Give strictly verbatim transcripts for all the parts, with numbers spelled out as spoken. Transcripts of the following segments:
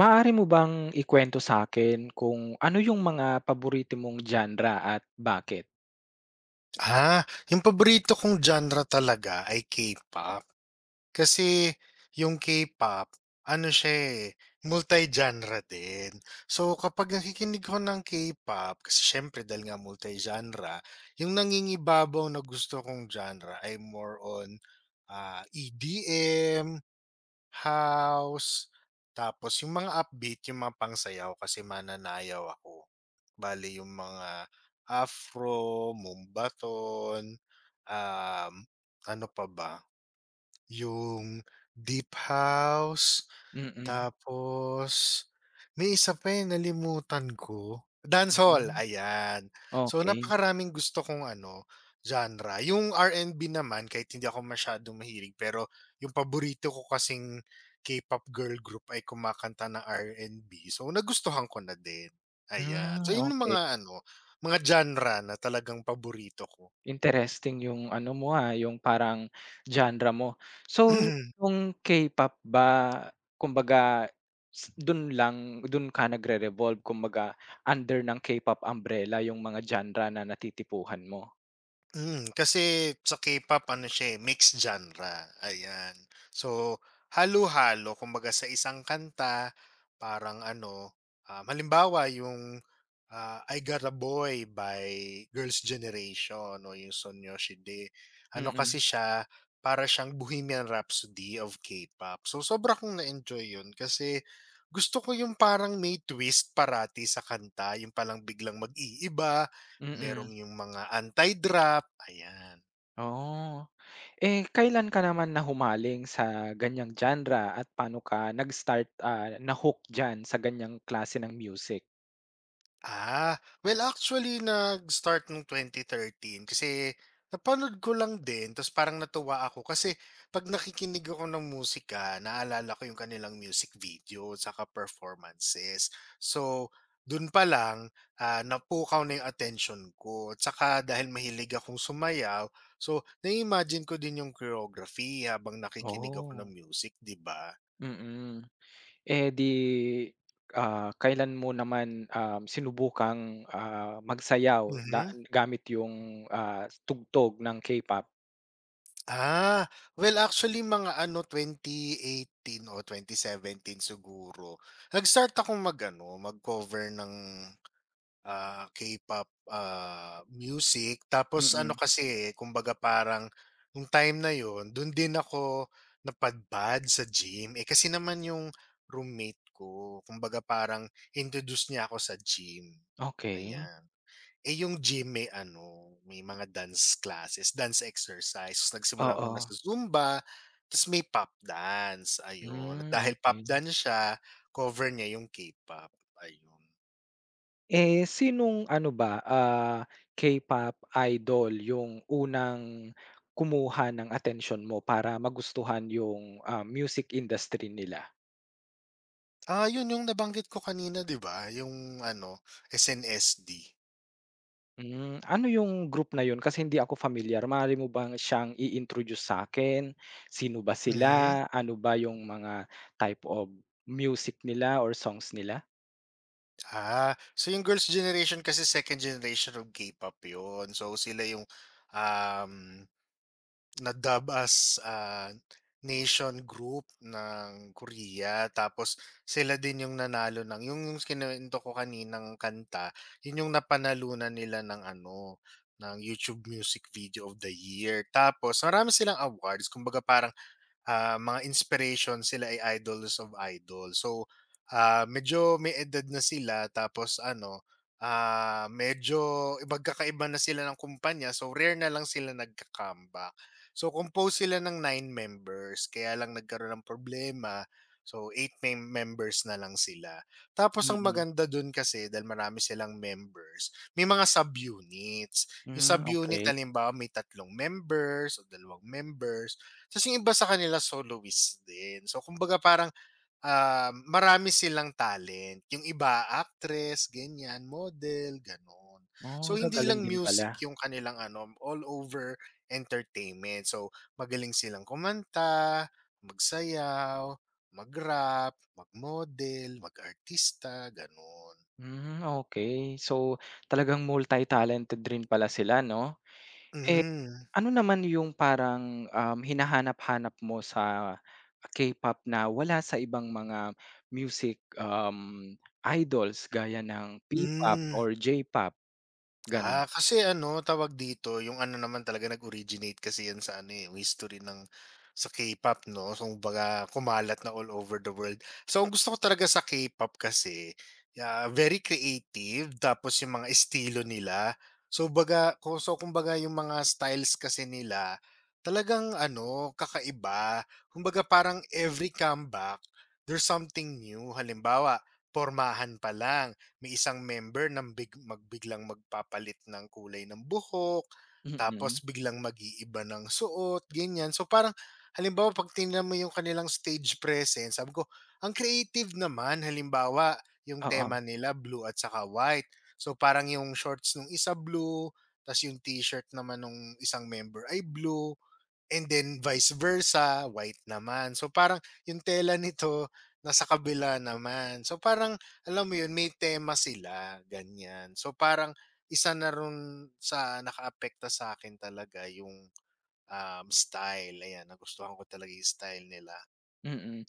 Maaari mo bang ikwento sa akin kung ano yung mga paborito mong genre at bakit? Ah, yung paborito kong genre talaga ay K-pop. Kasi yung K-pop, ano siya eh, multi-genre din. So kapag nakikinig ko ng K-pop, kasi syempre dahil nga multi-genre, yung nangingibabaw na gusto kong genre ay more on ah, E D M, house, tapos yung mga upbeat, yung mga pangsayaw kasi mananayaw ako bali yung mga afro, mumbaton, um, ano pa ba, yung deep house, Mm-mm. tapos may isa pa, eh, nalimutan ko, Mm. dancehall, Hmm, ayan. So okey. napakaraming gusto kong ano, genre. Yung R and B naman kahit hindi ako masyadong mahilig, pero yung paborito ko kasing K-pop girl group ay kumakanta ng R and B so nagustuhan ko na din, ayan. So Hmm, yun yung okey. mga ano, mga genre na talagang paborito ko. Interesting yung ano mo, ah, yung parang genre mo. So, yung K-pop ba kumbaga s dun lang dun ka nagre-revolve kumbaga under ng K-pop umbrella yung mga genre na natitipuhan mo? Mm, kasi sa K-pop ano siya, eh, mixed genre, ayan. So, halo-halo kumbaga sa isang kanta parang ano, um, halimbawa yung, ah, I Got a Boy by Girls' Generation o yung Son Yoshide. Ano Mm, kasi siya, para siyang Bohemian Rhapsody of K-pop. So, sobra kong na-enjoy yun kasi gusto ko yung parang may twist parati sa kanta, yung palang biglang mag-iiba. mm. Merong yung mga anti-drop, ayan. Oh. Eh, kailan ka naman nahumaling sa ganyang genre at paano ka nag-start, ah, na-hook diyan sa ganyang klase ng music? Ah, well actually nag-start nung twenty thirteen kasi napanood ko lang din tapos parang natuwa ako kasi 'pag nakikinig ako ng musika naalala ko yung kanilang music video saka performances. So, dun pa lang, ah, napukaw na yung attention ko at saka dahil mahilig akong sumayaw, so na-imagine ko din yung choreography habang nakikinig ako ng Oh. music, 'di ba? Mm. Eh, di, ah, kailan mo naman, um, sinubukang, ah, magsayaw da Mhm. gamit yung, ah, tugtog ng K-pop? Ah, well actually mga ano twenty eighteen o twenty seventeen siguro, nag-start akong mag-ano, mag-cover ng, ah, K-pop, ah, music. Tapos ano Mm. kasi, eh, kumbaga parang nung time na yon dun din ako napadpad sa gym. Eh, kasi naman yung roommate ko kumbaga parang introduce niya ako sa gym, Okey. ayan. Eh, yung gym may ano, may mga dance classes, dance exercise. Ta's nagsimula muna Oo. sa Zumba, ta's may pop dance, ayun. At Hmm, dahil pop okay. dance siya, cover niya yung K-pop, ayun. Eh, sinong ano ba, ah, K-pop idol yung unang kumuha ng attention mo para magustuhan yung, ah, music industry nila? Ah, yun yung nabanggit ko kanina, 'di ba, yung ano, S N S D. Hmm, ano yung group na yun kasi hindi ako familiar. Maaari mo bang siyang i-introduce sa akin? Sino ba Mhm. sila? Ano ba yung mga type of music nila or songs nila? Ah, so yung girls' generation kasi second generation of K-pop yun. So, sila yung, um Na-dub as, ah, nation group ng Korea tapos sila din yung nanalo ng yung yung kinuwento ko kaninang kanta, yun yung napanalunan nila ng ano, ng YouTube Music Video of the Year. Tapos marami silang awards kumbaga parang ah, mga inspiration sila ay idols of idol. So, ah, medyo may edad na sila tapos ano, ah, medyo magkakaiba na sila ng kumpanya. So, rare na lang sila nagka-comeback. So, compose sila ng nine members kaya lang nagkaroon ng problema. So, eight mem- members na lang sila. Tapos, ang Mm-mm. Mm. maganda dun kasi, dahil marami silang members, may mga sub-units. Yung Hmm, sub-unit, okay. halimbawa, may tatlong members o dalawang members. Ta's yung iba sa kanila soloist din. So kumbaga parang, ah, marami silang talent. Yung iba actress, ganyan, model, gano'n. Oh, ang So hindi gagaling lang din pala. music yung kanilang ano, all over entertainment. So magaling silang kumanta, magsayaw, mag-rap, mag-model, mag-artista, gano'n. Hmm, okay. So, talagang multi-talented rin pala sila 'no? Eh, Mm. ano naman yung parang, um, hinahanap-hanap mo sa K-pop na wala sa ibang mga music, um, idols gaya ng P-pop Hmm. or J-pop, gano'n? Ah, kasi ano, tawag dito, yung ano naman talaga nag-originate kasi yan sa ano, eh, yung history ng sa K-pop 'no, so kumbaga kumalat na all over the world. So ang gusto ko talaga sa K-pop kasi, ah, very creative tapos yung mga estilo nila. So baga ku so kumbaga yung mga styles kasi nila talagang ano, kakaiba. Kumbaga parang every comeback, there's something new. Halimbawa, pormahan pa lang may isang member ng big mag biglang magpapalit ng kulay ng buhok, Mm, tapos biglang mag-iiba ng suot, ganyan. So parang halimbawa 'pag tinignan mo yung kanilang stage presence, sabi ko, ang creative naman. Halimbawa, yung oo, tema nila blue at saka white. So parang yung shorts nung isa blue, tas yung t-shirt naman nung isang member ay blue. And then vice versa, white naman. So parang yung tela nito nasa kabila naman. So parang alam mo yun, may tema sila, ganyan. So parang isa na rin sa nakaapekto sa akin talaga yung um, style. Ayan, nagustuhan ko talaga yung style nila. mm.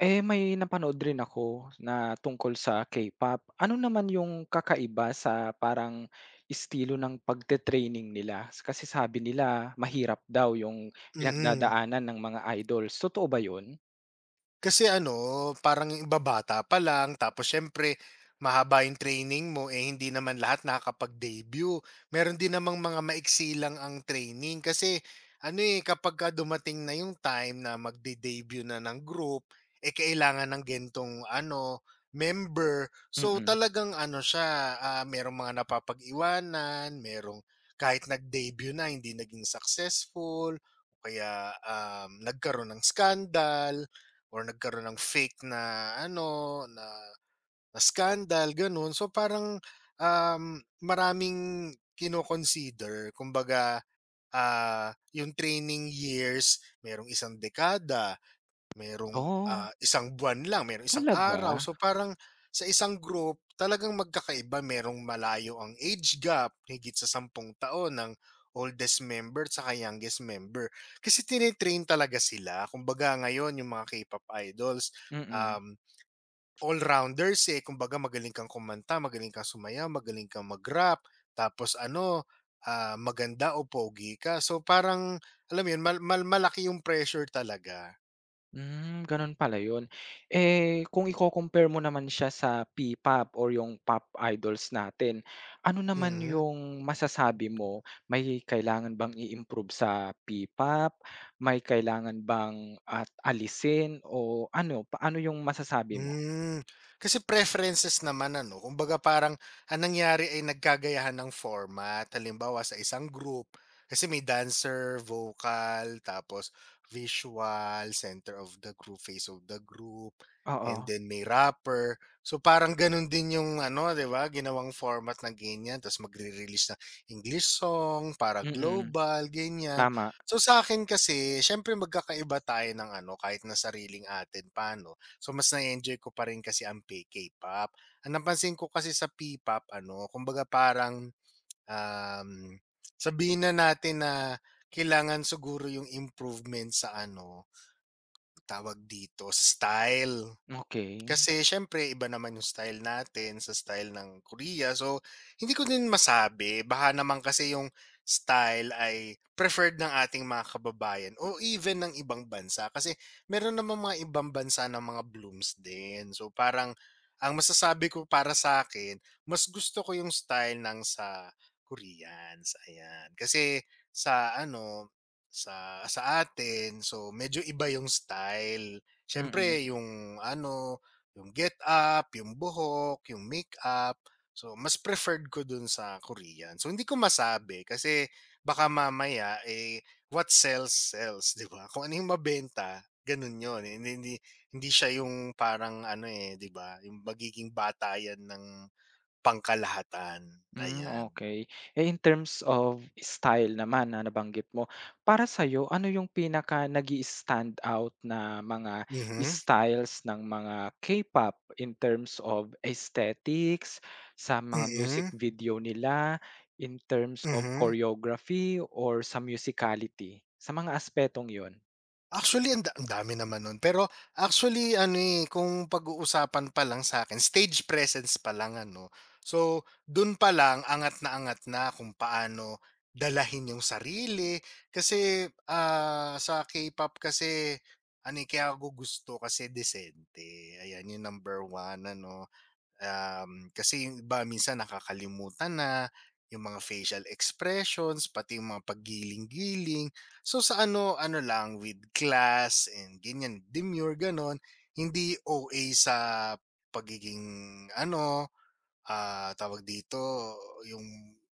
Eh, may napanood rin ako na tungkol sa K-pop. Ano naman yung kakaiba sa parang estilo ng pagte-training nila? S- Kasi sabi nila mahirap daw yung Mm. pinagdadaanan ng mga idols, totoo ba yun? Kasi ano, parang yung iba pa lang tapos siyempre mahaba yung training mo, eh, hindi naman lahat nakakapag-debut. Meron din namang mga maiksi lang ang training kasi ano, eh, kapagka dumating na yung time na magde-debut na ng group, eh, kailangan ng gentong ano, member. So Mm, talagang ano siya, ah, merong mga napapag-iwanan, merong kahit nag-debut na hindi naging successful o kaya, um, nagkaroon ng scandal or nagkaroon ng fake na ano, na na scandal gano'n. So parang, um, maraming kino-consider kumbaga, ah, yung training years merong isang dekada, Merong, oh. ah, isang buwan lang, merong isang araw. Talaga? So parang sa isang group talagang magkakaiba, merong malayo ang age gap, higit sa sampung taon ng oldest member tsaka youngest member. Kasi tinetrain talaga sila. Kumbaga ngayon yung mga K-pop idols, Mm. um, all-rounders, eh. Kumbaga magaling kang kumanta, magaling kang sumayaw, magaling kang mag-rap, tapos ano, ah, maganda o pogi ka. So parang alam mo yun, mal mal malaki yung pressure talaga. Hmm, gano'n pala 'yun. Eh, kung iko-compare mo naman siya sa P-pop or yung pop idols natin, ano naman Mm. yung masasabi mo, may kailangan bang i-improve sa P-pop? May kailangan bang at alisin o ano, paano yung masasabi mo? Hmm, kasi preferences naman ano, kumbaga parang ang nangyari ay nagkagayahan ng format. Halimbawa sa isang group, kasi may dancer, vocal, tapos visual, center of the group, face of the group, Oo, and then may rapper. So parang ganun din yung ano, 'di ba? Ginawang format na ganyan, tapos magre-release na English song para mm. global, ganyan. Tama, So sa akin kasi, syempre magkakaiba tayo ng ano, kahit na sariling atin paano So mas na enjoy ko pa rin kasi ang pe K-pop. Ang napansin ko kasi sa P-pop ano, kumbaga parang, um, sabihin na natin na kailangan siguro yung improvement sa ano, tawag dito, style. okey. Kasi siyempre iba naman yung style natin sa style ng Korea. So, hindi ko din masabi baka naman kasi yung style ay preferred ng ating mga kababayan o even ng ibang bansa kasi meron naman mga ibang bansa ng mga blooms din. So, parang ang masasabi ko para sa akin mas gusto ko yung style ng sa Koreans, ayan. Kasi sa ano, sa sa atin, so medyo iba yung style. Mm. Siyempre yung ano yung get up, yung buhok, yung makeup. So, mas preferred ko dun sa Korean. So, hindi ko masabi kasi baka mamaya, eh, what sells, sells, di ba? Kung ano yung mabenta, ganun yun. Eh, Hindi, hindi, hindi siya yung parang ano eh, di ba? Yung magiging batayan ng pangkalahatan. Mm, Ayan. okay. Eh, in terms of style naman na nabanggit mo, para sa'yo ano yung pinaka nag stand out na mga Mhm. styles ng mga K-pop in terms of aesthetics, sa mga music Mhm. video nila, in terms of Mhm. choreography or sa musicality? Sa mga aspetong yun? Actually, ang da ang dami naman nun. Pero actually ano, eh, kung pag-uusapan pa lang sa akin stage presence pa lang ano. So, dun pa lang angat na angat na kung paano dalahin yung sarili. Kasi, ah, sa K-pop kasi ano, eh, kaya ako gusto kasi disente, ayan, yun number one ano. Um, kasi yung iba minsan nakakalimutan na yung mga facial expressions, pati yung mga paggiling-giling. So sa ano, ano lang with class and ganyan, demure ganon, hindi o a sa pagiging ano Ah, tawag dito, yung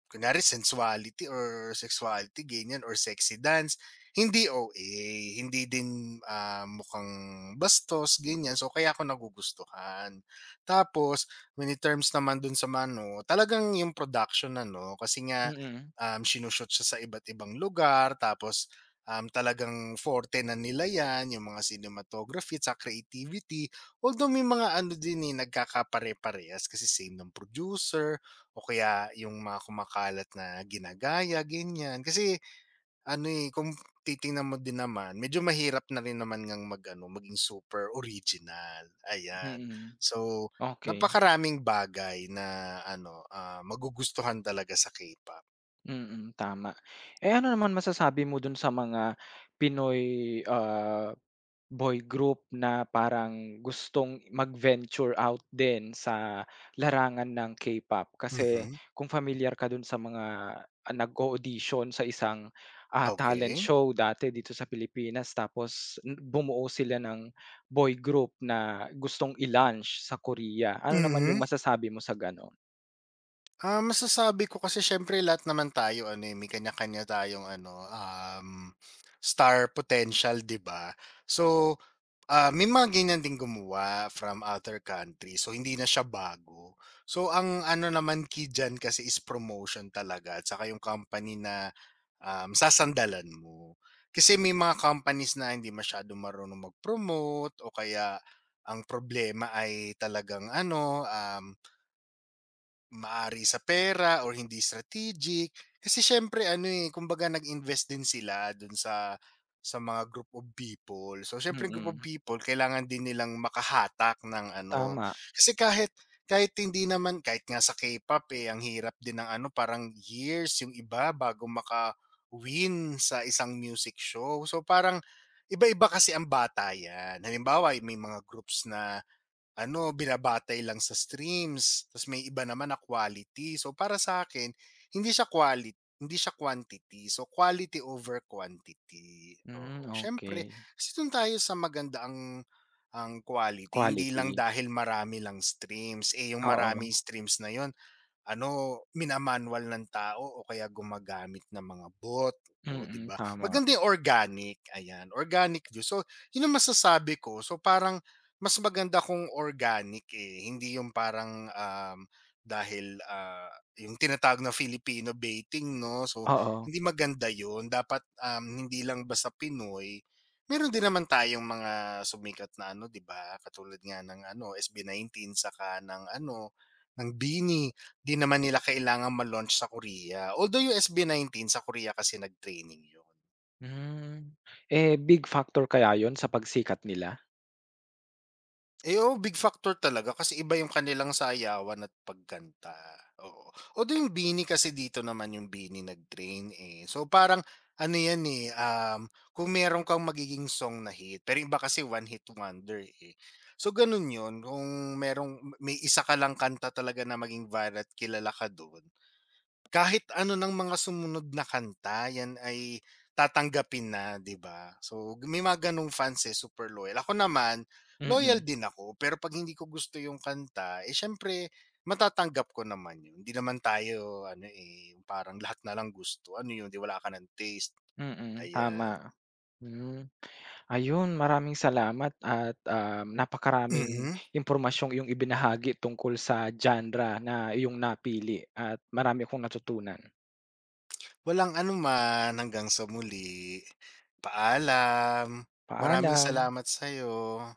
kunyari sensuality or sexuality ganyan or sexy dance, hindi O A, hindi din, ah, mukhang bastos ganyan, so kaya ako nagugustuhan. Tapos many in terms naman dun sa mano talagang yung production na no kasi nga, Mm, um, sinu-shoot siya sa iba't ibang lugar tapos, um, talagang forte na nila yan, yung mga cinematography sa creativity. Although may mga ano din, eh, nagkakapare-parehas kasi same ng producer o kaya yung mga kumakalat na ginagaya, ganyan. Kasi ano, eh, kung titingnan mo din naman, medyo mahirap na rin naman ngang mag-ano, maging super original, ayan. mm. So, Okey, napakaraming bagay na ano, ah, magugustuhan talaga sa K-pop. mm, mm, tama. Eh, ano naman masasabi mo dun sa mga Pinoy, ah boy group na parang gustong mag-venture out din sa larangan ng K-pop. Kasi Mhm, kung familiar ka dun sa mga, ah, nag audition sa isang, ah, talent okey. show dati dito sa Pilipinas tapos n bumuo sila ng boy group na gustong i-launch sa Korea. Ano naman Mhm. yung masasabi mo sa gano'n? Ah, masasabi ko kasi siyempre lahat naman tayo ano, eh, may kanya-kanya tayong ano, um, star potential, 'di ba? So, ah, may mga ganyan ding gumawa from other country. So, hindi na siya bago. So, ang ano naman key dyan kasi is promotion talaga at saka yung company na um, sasandalan mo. Kasi may mga companies na hindi masyado marunong mag-promote o kaya ang problema ay talagang ano, um, Maari sa pera or hindi strategic. Kasi siyempre ano, eh, kumbaga nag-invest din sila dun sa sa mga group of people. So siyempre group of Mm, people kailangan din nilang makahatak ng ano, tama. kasi kahit kahit hindi naman kahit nga sa K-pop, eh, ang hirap din ng ano parang years yung iba bago maka-win sa isang music show. So parang iba-iba kasi ang batayan. Halimbawa, may mga groups na ano, binabatay lang sa streams, ta's may iba naman na quality. So, para sa akin hindi siya quality, hindi siya quantity. So, quality over quantity, Hmm, oo. Siyempre, okay. kasi do'n tayo sa maganda ang ang quality, hindi Quality, lang dahil marami lang streams, eh, yung oo. maraming streams na yon ano, mina ng tao o kaya gumagamit ng mga bot, o 'di Mm, ba? tama, Maganda yung organic, ayan, organic juice. So, yun ang masasabi ko. So, parang mas maganda kung organic, eh, hindi yung parang, um, dahil, ah, yung tinatawag na Filipino baiting 'no. So, oo. hindi maganda yun. Dapat, um, hindi lang basta Pinoy, meron din naman tayong mga sumikat na ano, 'di ba? Katulad nga ng ano, S B nineteen saka ng ano, ng BINI. 'Di naman nila kailangan ma-launch sa Korea. Although yung S B nineteen sa Korea kasi nag-training yun. Hmm, eh, big factor kaya yun sa pagsikat nila? Eh, oo, big factor talaga kasi iba yung kanilang sayawan at pagkanta, oo. Although yung BINI kasi dito naman yung BINI nag-train, eh. So parang ano yan, eh, um, kung meron kang magiging song na hit, pero iba kasi one hit wonder, eh. So ganun yun, kung merong may isa ka lang kanta talaga na maging viral at kilala ka dun Kahit ano ng mga sumunod na kanta, yan ay tatanggapin na, 'di ba? So, may mga gano'ng fans, eh, super loyal. Ako naman, loyal Mm, din ako, pero 'pag hindi ko gusto yung kanta, eh, siyempre matatanggap ko naman yun. Hindi naman tayo ano, eh, yung parang lahat na lang gusto. Ano yun, 'di wala ka ng taste, mm. ayan. Tama, hmm. Ayun, maraming salamat at, um, napakaraming Mm, impormasyong iyong ibinahagi tungkol sa genre na iyong napili at marami akong natutunan. walang anuman. Hanggang sa muli, paalam. Maraming Paalam. salamat sa'yo.